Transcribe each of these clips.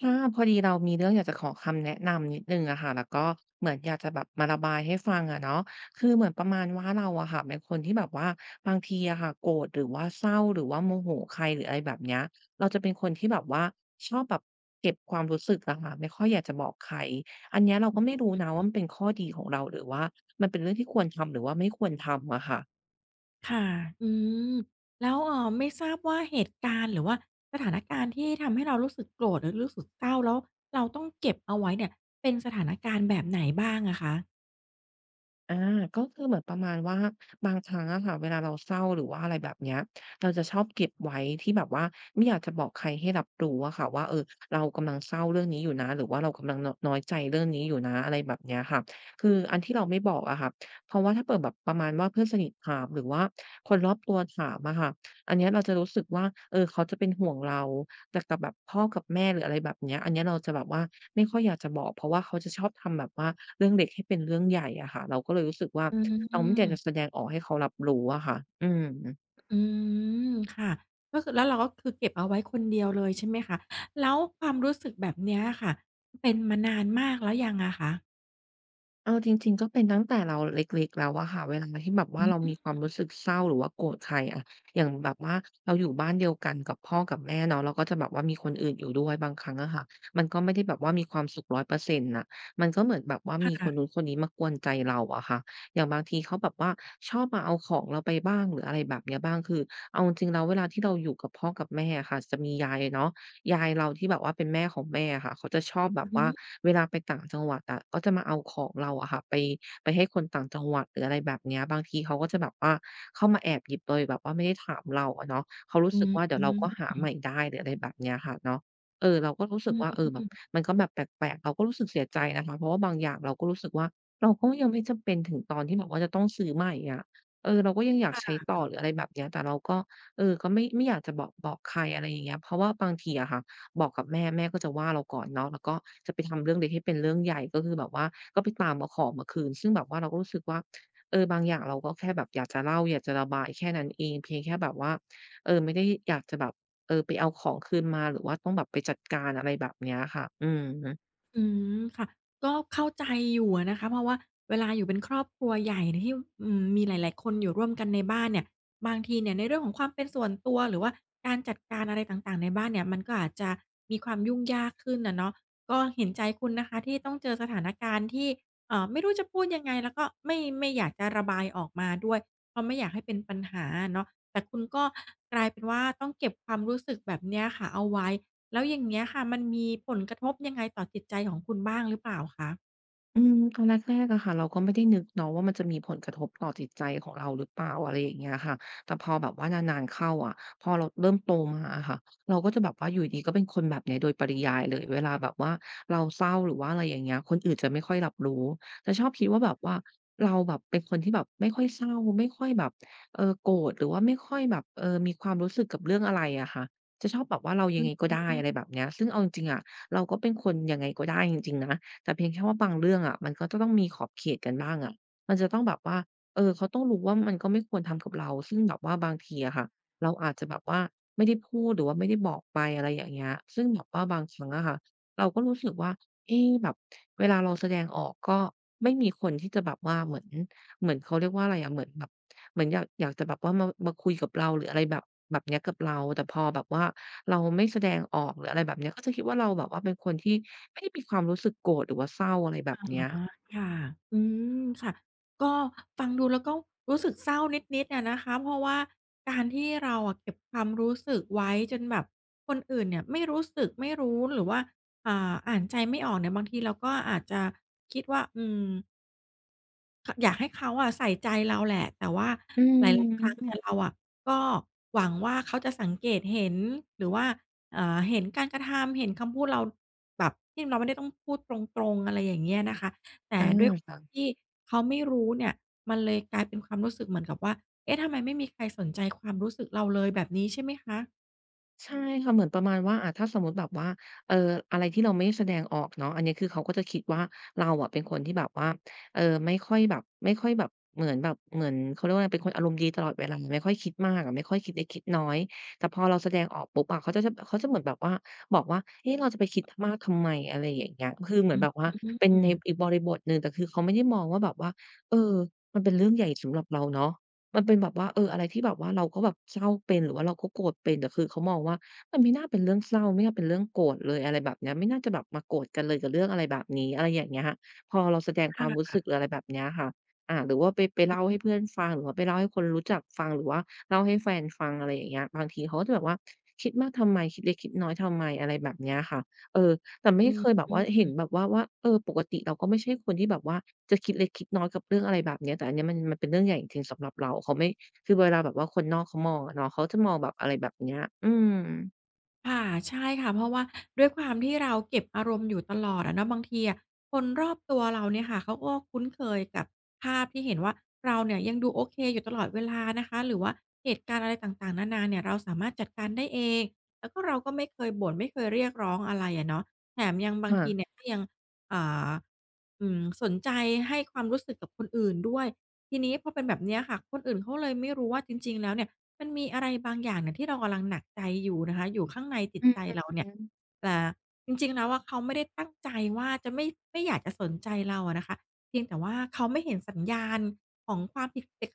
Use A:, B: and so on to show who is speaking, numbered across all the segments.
A: ค่ะพอดีเรามีเรื่องอยากจะขอคำแนะนำนิดนึงอะค่ะแล้วก็เหมือนอยากจะแบบมาระบายให้ฟังอะเนาะคือเหมือนประมาณว่าเราอะค่ะเป็นคนที่แบบว่าบางทีอะค่ะโกรธหรือว่าเศร้าหรือว่าโมโหใครหรืออะไรแบบเนี้ยเราจะเป็นคนที่แบบว่าชอบแบบเก็บความรู้สึกอะค่ะไม่ค่อยอยากจะบอกใครอันเนี้ยเราก็ไม่รู้นะว่ามันเป็นข้อดีของเราหรือว่ามันเป็นเรื่องที่ควรทำหรือว่าไม่ควรทำอะค่ะ
B: ค่ะอืมแล้วไม่ทราบว่าเหตุการณ์หรือว่าสถานการณ์ที่ทำให้เรารู้สึกโกรธหรือรู้สึกเศร้าแล้วเราต้องเก็บเอาไว้เนี่ยเป็นสถานการณ์แบบไหนบ้างอะคะ
A: อาก็คือเหมือนประมาณว่าบางครั้งอะค่ะเวลาเราเศร้าหรือว่าอะไรแบบเนี้ยเราจะชอบเก็บไว้ที่แบบว่าไม่อยากจะบอกใครให้รับรู้อะค่ะว่าเออเรากำลังเศร้าเรื่องนี้อยู่นะหรือว่าเรากำลังนน้อยใจเรื่องนี้อยู่นะอะไรแบบเนี้ยค่ะคืออันที่เราไม่บอกอะค่ะเพราะว่าถ้าเปิดแบบประมาณว่าเพื่อนสนิทถามหรือว่าคนรอบตัวถามอะค่ะอันเนี้ยเราจะรู้สึกว่าเออเขาจะเป็นห่วงเรา แต่กับแบบพ่อกับแม่หรืออะไรแบบเนี้ยอันเนี้ยเราจะแบบว่าไม่ค่อยอยากจะบอกเพราะว่าเขาจะชอบทำแบบว่าเรื่องเล็กให้เป็นเรื่องใหญ่อะค่ะเราก็เลยรู้สึกว่า
B: อื
A: เราไม่อยากจะแส
B: ม
A: ดงออกให้เขารับรู้อะค่ะอืม
B: อืมค่ะก็คือแล้วเราก็คือเก็บเอาไว้คนเดียวเลยใช่ไหมคะแล้วความรู้สึกแบบเนี้ยอะค่ะเป็นมานานมากแล้วยังอะคะ
A: เอาจริงๆก็เป็นตั้งแต่เราเล็กๆแล้วอะค่ะเวลาที่แบบ
B: อื
A: ว่าเรามีควา
B: ม
A: มรู้สึกเศร้าหรือว่าโกรธใครอะอย่างแบบว่าเราอยู่บ้านเดียวกันกับพ่อกับแม่เนาะเราก็จะแบบว่ามีคนอื่นอยู่ด้วยบางครั้งอะค่ะมันก็ไม่ได้แบบว่ามีความสุข100%นต์น่ะมันก็เหมือนแบบว่ามีคนนู้
B: ค่ะ
A: นคนนี้มากวนใจเราอะค่ะอย่างบางทีเขาแบบว่าชอบมาเอาของเราไปบ้างหรืออะไรแบบเนี้ยบ้างคือเอาจริงๆแล้วเวลาที่เราอยู่กับพ่อกับแม่อะค่ะจะมียายเนาะ ยายเราที่แบบว่าเป็นแม่ของแม่อะค่ะเขาจะชอบแบ
B: อื
A: บ
B: อฮึ
A: ว่าเวลาไปต่างจังหวัดอะก็จะมาเอาของเราอะค่ะไปไปให้คนต่างจังหวัดหรืออะไรแบบเนี้ยบางทีเขาก็จะแบบว่าเข้ามาแอบหยิบโดยแบบว่าไม่ได้ถามเราอะเนาะเขารู้
B: อ
A: สึกว่าเดี๋ยวเรา
B: ื
A: ก็หาใหม่ได้หรืออะไรแบบเนี้ยค่ะเนาะเออเราก็รู้สึกว่าเออแบบ
B: ม
A: มันก็แบบแปลกๆเราก็รู้สึกเสียใจนะคะเพราะว่าบางอย่างเราก็รู้สึกว่าเราก็ยังไม่จำเป็นถึงตอนที่แบบว่าจะต้องซื้อใหม่อะเออเราก็ยังอยากใช้ต่อหรืออะไรแบบเนี้ยแต่เราก็ เออก็ไม่อยากจะบอกใครอะไรอย่างเงี้ยเพราะว่าบางทีอะค่ะบอกกับแม่ก็จะว่าเราก่อนเนาะแล้วก็จะไปทำเรื่องเล็กให้เป็นเรื่องใหญ่ก็คือแบบว่าก็ไปตามเอาของมาคืนซึ่งแบบว่าเราก็รู้สึกว่าเออบางอย่างเราก็แค่แบบอยากจะเล่าอยากจะระบายแค่นั้นเองเพียงแค่แบบว่าเออไม่ได้อยากจะแบบเออไปเอาของคืนมาหรือว่าต้องแบบไปจัดการอะไรแบบเนี้ยค่ะอืม
B: อืมค่ะก็เข้าใจอยู่อะนะคะเพราะว่าเวลาอยู่เป็นครอบครัวใหญ่เนี่ยที่อืมมีหลายๆคนอยู่ร่วมกันในบ้านเนี่ยบางทีเนี่ยในเรื่องของความเป็นส่วนตัวหรือว่าการจัดการอะไรต่างๆในบ้านเนี่ยมันก็อาจจะมีความยุ่งยากขึ้นอะเนาะก็เห็นใจคุณนะคะที่ต้องเจอสถานการณ์ที่ไม่รู้จะพูดยังไงแล้วก็ไม่อยากจะระบายออกมาด้วยเพราะไม่อยากให้เป็นปัญหาอะเนาะแต่คุณก็กลายเป็นว่าต้องเก็บความรู้สึกแบบเนี้ยค่ะเอาไว้ แล้วอย่างเงี้ยค่ะมันมีผลกระทบยังไงต่อจิตใจของคุณบ้างหรือเปล่าคะ
A: อืมตอนแรกๆอะค่ะเราก็ไม่ได้นึกเนาะว่ามันจะมีผลกระทบต่อจิตใจของเราหรือเปล่าอะไรอย่างเงี้ยค่ะแต่พอแบบว่านานๆเข้าอะพอเราเริ่มโตมาอะค่ะเราก็จะแบบว่าอยู่ดีๆก็เป็นคนแบบเนี้ยโดยปริยายเลยเวลาแบบว่าเราเศร้าหรือว่าอะไรอย่างเงี้ยคนอื่นจะไม่ค่อยรับรู้จะชอบคิดว่าแบบว่าเราแบบเป็นคนที่แบบไม่ค่อยเศร้าไม่ค่อยแบบโกรธหรือว่าไม่ค่อยแบบมีความรู้สึกกับเรื่องอะไรอะค่ะจะชอบแบบว่าเรายั
B: อื
A: งไงก็
B: ม
A: ได้อะไรแบบเนี้ยซึ่งเอาจริงๆอะเราก็เป็นคนยังไงก็ได้จริงๆนะ แต่เพียงแค่ว่าบางเรื่องอะมันก็จะต้องมีขอบเขตกันบ้างอะมันจะต้องแบบว่าเออเขาต้องรู้ว่ามันก็ไม่ควรทำกับเราซึ่งแบบว่าบางทีอะค่ะเราอาจจะแบบว่าไม่ได้พูดหรือว่าไม่ได้บอกไปอะไรอย่างเงี้ยซึ่งแบบว่าบางครั้งอะค่ะเราก็รู้สึกว่าเอ๊ะแบบเวลาเราแสดงออกก็ไม่มีคนที่จะแบบว่าเหมือน เหมือนเขาเรียกว่าอะไรอะเหมือนแบบเหมือนอยากจะแบบว่ามาคุยกับเราหรืออะไรแบบแบบเนี้ยกับเราแต่พอแบบว่าเราไม่แสดงออกหรืออะไรแบบเนี้ยก็จะคิดว่าเราแบบว่าเป็นคนที่ไม่ได้มีความรู้สึกโกรธหรือว่าเศร้าอะไรแบบ
B: อา
A: เนี้ย
B: ค่ะอืมค่ะก็ฟังดูแล้วก็รู้สึกเศร้านิดๆอะนะคะเพราะว่าการที่เราอะเก็บความรู้สึกไว้จนแบบคนอื่นเนี่ยไม่รู้หรือว่าอ่าอ่านใจไม่ออกเนี่ยบางทีเราก็อาจจะคิดว่าอืม ขอยากให้เขาอะใส่ใจเราแหละแต่ว่า
A: อื
B: หลายๆครั้งเนี่
A: ม
B: ยเราอะก็หวังว่าเขาจะสังเกตเห็นหรือว่าเห็นการกระทำเห็นคำพูดเราแบบที่เราไม่ได้ต้องพูดตรงๆอะไรอย่างเงี้ยนะคะแต่
A: อา
B: ด้วยความ
A: ค่ะ
B: ที่เขาไม่รู้เนี่ยมันเลยกลายเป็นความรู้สึกเหมือนกับว่าเอ๊ะทำไมไม่มีใครสนใจความรู้สึกเราเลยแบบนี้ใช่ไหมคะ
A: ใช่ค่ะเหมือนประมาณว่าอ่าถ้าสมมุติแบบว่าเอ่ออะไรที่เราไม่แสดงออกเนาะอันเนี้ยคือเขาก็จะคิดว่าเราอะเป็นคนที่แบบว่าไม่ค่อยแบบไม่ค่อยแบบเหมือนแบบเหมือนเขาเรียกว่าอะไรเป็นคนอารมณ์ดีตลอดเวลาไม่ค่อยคิดมากอะไม่ค่อยคิดเล็กคิดน้อยแต่พอเราแสดงออกปุ๊บอะเขาจะเหมือนแบบว่าบอกว่าเอ๊ะเราจะไปคิดมากทำไมอะไรอย่างเงี้ยคือเหมื
B: อ
A: อนแบบว่าเป็น
B: ื
A: ใน
B: ม
A: อีกบริบทหนึ่งแต่คือเขาไม่ได้มองว่าแบบว่าเออมันเป็นเรื่องใหญ่สำหรับเราเนาะ มันเป็นแบบว่าเอออะไรที่แบบว่าเราก็แบบเศร้าเป็นหรือว่าเราก็โกรธเป็นแต่คือเขามองว่ามันไม่น่าเป็นเรื่องเศร้าไม่น่าเป็นเรื่องโกรธเลยอะไรแบบเนี้ยไม่น่าจะแบบมาโกรธกันเลยกับเรื่องอะไรแบบนี้อะไรอย่างเงี้ยพอเราแสดงความ
B: ค่ะ
A: รู้สึกหรืออะไรแบบเนี้ยค่ะอาหรือว่าไปเล่า
B: อือ
A: ให้เพื่อนฟังหรือว่าไปเล่าให้คนรู้จักฟังหรือว่าเล่าให้แฟนฟังอะไรอย่างเงี้ยบางทีเขาก็จะแบบว่าคิดมากทำไมคิดเล็กคิดน้อยทำไมอะไรแบบเนี้ยค่ะเออ แต่ไม่
B: อื
A: เคยแบบ
B: อ
A: ว่าเห็นแบบว่าเออปกติเราก็ไม่ใช่คนที่แบบว่าจะคิดเล็กคิดน้อยกับเรื่องอะไรแบบเนี้ยแต่อันเนี้ยมันเป็นเรื่องใหญ่จริงๆสำหรับเราเขาไม่คือเวลาแบบว่าคนนอกเขามองอะเนาะเขาจะมองแบบอะไรแบบเนี้ยอืม
B: ค่ะใช่ค่ะเพราะว่าด้วยความที่เราเก็บอารมณ์อยู่ตลอดอะเนาะบางทีอะคนรอบตัวเราเนี่ยค่ะเขาก็คุ้นเคยกับภาพที่เห็นว่าเราเนี่ยยังดูโอเคอยู่ตลอดเวลานะคะหรือว่าเหตุการณ์อะไรต่างๆนานาเนี่ยเราสามารถจัดการได้เองแล้วก็เราก็ไม่เคยบ่นไม่เคยเรียกร้องอะไรอะเนาะแถมยังบาง
A: ค่ะ
B: ทีเนี่ยก็ยังอ่าอืมสนใจให้ความรู้สึกกับคนอื่นด้วยทีนี้พอเป็นแบบเนี้ยค่ะคนอื่นเขาเลยไม่รู้ว่าจริงๆแล้วเนี่ย มันมีอะไรบางอย่างเนี่ยที่เรากำลังหนักใจอยู่นะคะอยู่ข้างในจิต
A: อื
B: ใจ
A: ม
B: เราเนี่ยแต่จริงๆแล้วอะเขาไม่ได้ตั้งใจว่าจะไม่อยากจะสนใจเราอะนะคะเพียงแต่ว่าเขาไม่เห็นสัญญาณของความผิดปก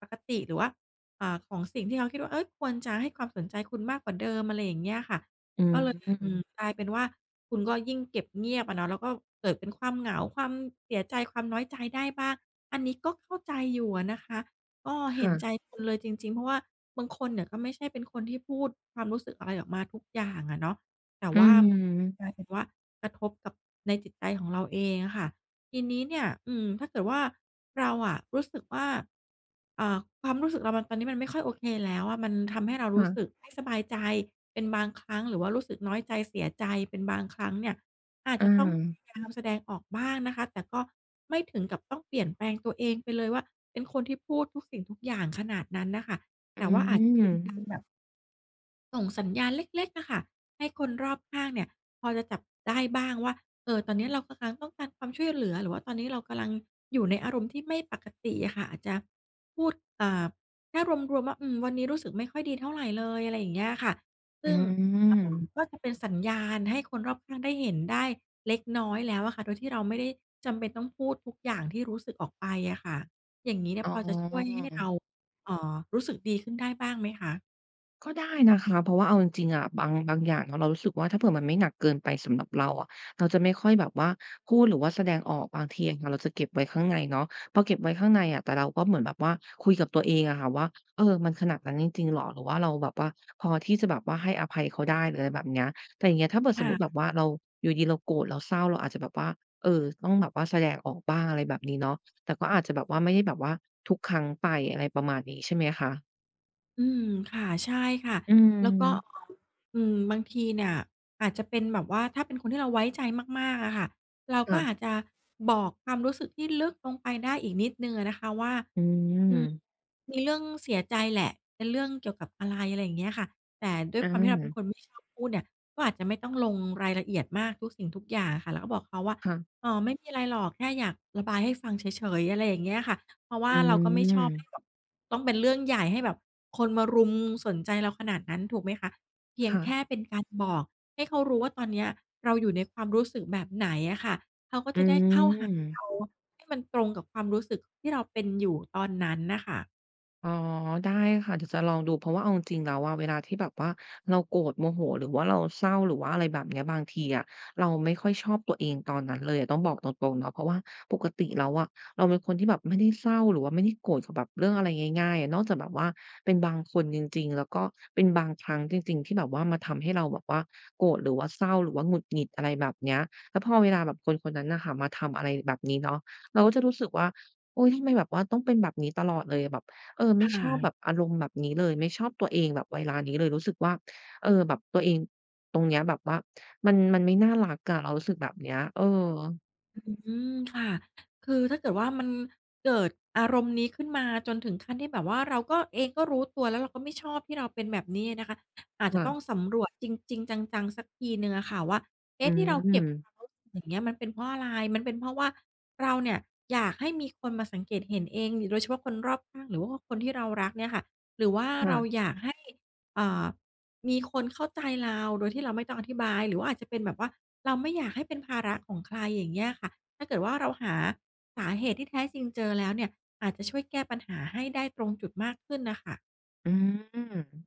B: ปกติหรือว่าอ่าของสิ่งที่เขาคิดว่าเฮ้ยควรจะให้ความสนใจคุณมากกว่าเดิมอะไรอย่างเงี้ยค่ะ
A: อื
B: ก็เลยอืม
A: ม
B: กลายเป็นว่าคุณก็ยิ่งเก็บเงียบอะเนาะแล้วก็เกิดเป็นความเหงาความเสียใจความน้อยใจได้บ้างอันนี้ก็เข้าใจอยู่อะนะคะ ก็เห็นใจ
A: ค่ะ
B: คุณเลยจริงๆเพราะว่าบางคนเนี่ยก็ไม่ใช่เป็นคนที่พูดความรู้สึกอะไรออกมาทุกอย่างอะเนาะแต่
A: อื
B: ว่ามั
A: ม
B: นกลายเป็นว่ากระทบกับในจิตใจของเราเองอะค่ะทีนี้เนี่ยอืมถ้าเกิดว่าเราอะรู้สึกว่าอ่าความรู้สึกเรามันตอนนี้มันไม่ค่อยโอเคแล้วอะมันทำให้เรารู้สึก
A: ค่ะ
B: ไม่สบายใจเป็นบางครั้งหรือว่ารู้สึกน้อยใจเสียใจเป็นบางครั้งเนี่ย อาจ
A: อา
B: จะต้องพยายามแสดงออกบ้างนะคะ แต่ก็ไม่ถึงกับต้องเปลี่ยนแปลงตัวเองไปเลยว่าเป็นคนที่พูดทุกสิ่งทุกอย่างขนาดนั้นน่ะค่ะ
A: อื
B: แต่ว่าอาจจะเป็นการ
A: ม
B: แบบ ส่งสัญญาณเล็กๆอะค่ะให้คนรอบข้างเนี่ยพอจะจับได้บ้างว่าตอนนี้เรากำลังต้องการความช่วยเหลือหรือว่าตอนนี้เรากำลังอยู่ในอารมณ์ที่ไม่ปกติอะค่ะอาจจะพูดอ่าแค่รวมๆว่าอืมวันนี้รู้สึกไม่ค่อยดีเท่าไรเลยอะไรอย่างเงี้ยค่ะ
A: อื
B: ซึ่งค่า
A: ม
B: ก็จะเป็นสัญญาณให้คนรอบข้างได้เห็นได้เล็กน้อยแล้วอะค่ะโดยที่เราไม่ได้จำเป็นต้องพูดทุกอย่างที่รู้สึกออกไปอะค่ะอย่างงี้เนี่ย
A: อ๋
B: พอจะช่วยให้เรา
A: อ
B: รู้สึกดีขึ้นได้บ้างไหมคะ
A: ก็ได้นะคะเพราะว่าเอาจริงๆอะบางอย่างเนาะเรารู้สึกว่าถ้าเผื่อมันไม่หนักเกินไปสำหรับเราอะเราจะไม่ค่อยแบบว่าพูดหรือว่าแสดงออกบางทีอะค่ะเราจะเก็บไว้ข้างในเนาะพอเก็บไว้ข้างในอะแต่เราก็เหมือนแบบว่าคุยกับตัวเองอะค่ะว่าเออมันขนาดนั้นจริงๆเหรอหรือว่าเราแบบว่าพอที่จะแบบว่าให้อภัยเขาได้หรืออะไรแบบเนี้ยแต่อย่างเงี้ยถ้าเผื่อสมมุติแบบ
B: ค่ะ
A: ว่าเราอยู่ดีๆเราโกรธเราเศร้าเราอาจจะแบบว่าเออต้องแบบว่าแสดงออกบ้างอะไรแบบนี้เนาะแต่ก็อาจจะแบบว่าไม่ได้แบบว่าทุกครั้งไปอะไรประมาณนี้ใช่ไหมคะ
B: อืมค่ะใช่ค่ะ
A: อื
B: แล้วก็
A: ม
B: อืมบางทีเนี่ยอาจจะเป็นแบบว่าถ้าเป็นคนที่เราไว้ใจมากๆอะค่ะเราก็
A: ค่ะ
B: อาจจะบอกความรู้สึกที่ลึกลงไปได้อีกนิดหนึ่งอะนะคะว่า
A: อืม
B: อืมมีเรื่องเสียใจแหละเป็นเรื่องเกี่ยวกับอะไรอะไรอย่างเงี้ยค่ะแต่ด้วย
A: อา
B: ความที่เราเป็นคนไม่ชอบพูดเนี่ยก็อาจจะไม่ต้องลงรายละเอียดมากทุกสิ่งทุกอย่างอะค่ะแล้วก็บอกเขาว่า
A: ค่ะ
B: อ๋อไม่มีอะไรหรอกแค่อยากระบายให้ฟังเฉยๆอะไรอย่างเงี้ยค่ะเพราะว่า
A: อื
B: เราก็ไม่
A: ม
B: ชอบให้แบบต้องเป็นเรื่องใหญ่ให้แบบคนมารุมสนใจเราขนาดนั้นถูกไหมคะเพียงแค่
A: ค่ะ
B: เป็นการบอกให้เขารู้ว่าตอนเนี้ยเราอยู่ในความรู้สึกแบบไหนอะค่ะเขาก็
A: อื
B: จะได้เข้าหาเรา
A: ม
B: ให้มันตรงกับความรู้สึกที่เราเป็นอยู่ตอนนั้นน่ะค่ะ
A: อ๋อได้ค่ะเดี๋ยวจะลองดูเพราะว่าเอาจริงๆแล้วอะเวลาที่แบบว่าเราโกรธโมโหหรือว่าเราเศร้าหรือว่าอะไรแบบเนี้ยบางทีอะเราไม่ค่อยชอบตัวเองตอนนั้นเลยอะต้องบอกตรงๆเนาะเพราะว่าปกติแล้วอะเราเป็นคนที่แบบไม่ได้เศร้าหรือว่าไม่ได้โกรธกับแบบเรื่องอะไรง่ายๆอะนอกจากแบบว่าเป็นบางคนจริงๆแล้วก็เป็นบางครั้งจริงๆที่แบบว่ามาทำให้เราแบบว่าโกรธหรือว่าเศร้าหรือว่าหงุดหงิดอะไรแบบเนี้ยแล้วพอเวลาแบบคนคนนั้นน่ะค่ะมาทำอะไรแบบนี้เนาะเราก็จะรู้สึกว่าโอ๊ยทำไมแบบว่าต้องเป็นแบบนี้ตลอดเลยแบบ เออไม่
B: ค่
A: ชอบแบบ
B: ะ
A: อารมณ์แบบนี้เลยไม่ชอบตัวเองแบบเวลานี้เลยรู้สึกว่าเออแบบตัวเองตรงเนี้ยแบบว่ามันไม่น่ารักอะเรารู้สึกแบบเนี้ยเออ
B: อืมค่ะ คือถ้าเกิดว่ามันเกิดอารมณ์นี้ขึ้นมาจนถึงขั้นที่แบบว่าเราก็เองก็รู้ตัวแล้วเราก็ไม่ชอบที่เราเป็นแบบนี้นะคะอาจจะ
A: ค่ะ
B: ต้องสำรวจจริงๆจังๆสักทีหนึ่งอะค่ะว่า
A: อื
B: เอ๊ะที่เราเก็
A: ม
B: บความรู้สึกอย่างเงี้ยมันเป็นเพราะอะไรมันเป็นเพราะว่าเราเนี่ยอยากให้มีคนมาสังเกตเห็นเองโดยเฉพาะคนรอบข้างหรือว่าคนที่เรารักเนี่ยค่ะหรือว่าเรา
A: ค่ะ
B: อยากให้อ่า มีคนเข้าใจเราโดยที่เราไม่ต้องอธิบายหรือว่าอาจจะเป็นแบบว่าเราไม่อยากให้เป็นภาระของใครอย่างเงี้ยค่ะถ้าเกิดว่าเราหาสาเหตุที่แท้จริงเจอแล้วเนี่ยอาจจะช่วยแก้ปัญหาให้ได้ตรงจุดมากขึ้นน่ะค่ะ
A: อืม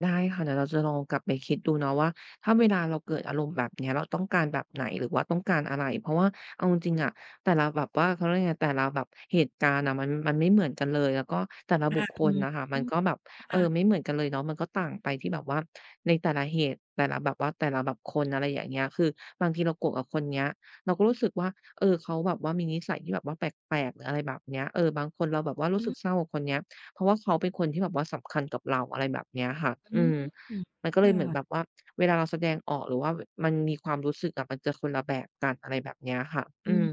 A: ได้ค่ะเดี๋ยวเราจะลองกลับไปคิดดูเนาะว่าถ้าเวลาเราเกิดอารมณ์แบบเนี้ยเราต้องการแบบไหนหรือว่าต้องการอะไรเพราะว่าเอาจริงๆอะแต่ละแบบว่าเขาเรียกไงแต่ละแบบเหตุการณ์อะมันไม่เหมือนกันเลยแล้วก็แต่ละ
B: อ
A: บุคค
B: ื
A: ล
B: ม
A: น่ะค่ะมันก็แบบเออไม่
B: ค่ะ
A: เหมือนกันเลยเนาะมันก็ต่างไปที่แบบว่าในแต่ละเหตุแต่ละแบบว่าแต่ละแบบคนอะไรอย่างเงี้ยคือบางทีเราโกรธกับคนเนี้ยเราก็รู้สึกว่าเออเขาแบบว่ามีนิสัยที่แบบว่าแปลกๆหรืออะไรแบบเนี้ยเออบางคนเราแบบว่ารู้
B: อื
A: สึ
B: ม
A: กเศร้ากับคนเนี้ย เพราะว่าเขาเป็นคนที่แบบว่าสำคัญกับเราอะไรแบบเนี้ยค่ะอื
B: อ
A: ม
B: ืม
A: มันก็
B: ค
A: เลยเหมือนแบบ
B: ่ะ
A: ว่าเวลาเราแสดงออกหรือว่าวมันมีความรู้สึกอะมันจะคนละแบบกันอะไรแบบเนี้ยค่ะ
B: อื
A: อื
B: ม
A: ม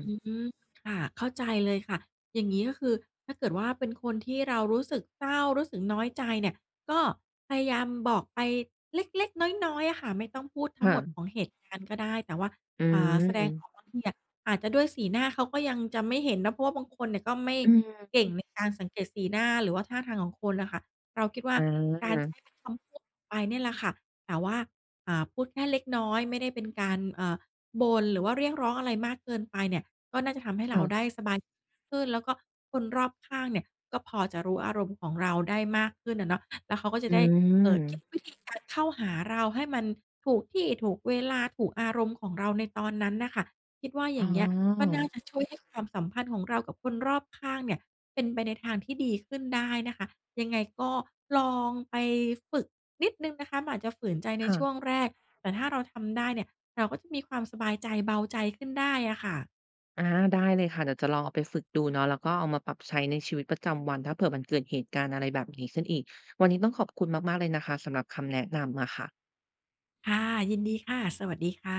B: ค่ะเข้าใจเลยค่ะอย่างนี้ก็คือถ้าเกิดว่าเป็นคนที่เรารู้สึกเศร้ารู้สึกน้อยใจเนี่ยก็พยายามบอกไปเล็กๆน้อยๆอะค่ะไม่ต้องพูดทั้งห
A: ค่ะ
B: มดของเหตุการณ์ก็ได้แต่ว่า
A: อื
B: แสดงออก
A: ม
B: บางทีอะอาจจะด้วยสีหน้าเขาก็ยังจะไม่เห็นเนาะเพราะว่าบางคนเนี่ยก็ไม่
A: อืม
B: เก่งในการสังเกตสีหน้าหรือว่าท่าทางของคนน่ะค่ะเราคิดว่า
A: อ
B: การ
A: า
B: ใช้เป็นคำพูดไปเนี่ยแหละค่ะแต่ว่าพูดแค่เล็กน้อยไม่ได้เป็นการบ่นหรือว่าเรียกร้องอะไรมากเกินไปเนี่ยก็น่าจะทำให้เราได้
A: ค่ะ
B: สบายขึ้นแล้วก็คนรอบข้างเนี่ยก็พอจะรู้อารมณ์ของเราได้มากขึ้นอะเนาะแล้วเขาก็จะ
A: อื
B: ได้คิด
A: ม
B: วิธีการเข้าหาเราให้มันถูกที่ถูกเวลาถูกอารมณ์ของเราในตอนนั้นน่ะค่ะคิดว่าอ
A: อ๋
B: ย่างเงี้ยก็
A: อ
B: น่าจะช่วยให้ความสัมพันธ์ของเรากับคนรอบข้างเนี่ยเป็นไปในทางที่ดีขึ้นได้นะคะยังไงก็ลองไปฝึกนิดหนึ่งนะคะมันอาจจะฝืนใจในช่วง
A: ค่ะ
B: แรกแต่ถ้าเราทำได้เนี่ย เราก็จะมีความสบายใจเบาใจขึ้นได้อะค่ะ
A: อาได้เลยค่ะเดี๋ยวจะลองเอาไปฝึกดูเนาะแล้วก็เอามาปรับใช้ในชีวิตประจำวันถ้าเผื่อมันเกิดเหตุการณ์อะไรแบบนี้ขึ้นอีกวันนี้ต้องขอบคุณมากๆเลยนะคะสำหรับคำแนะนำอะค่ะ
B: ค่ะยินดีค่ะสวัสดีค่ะ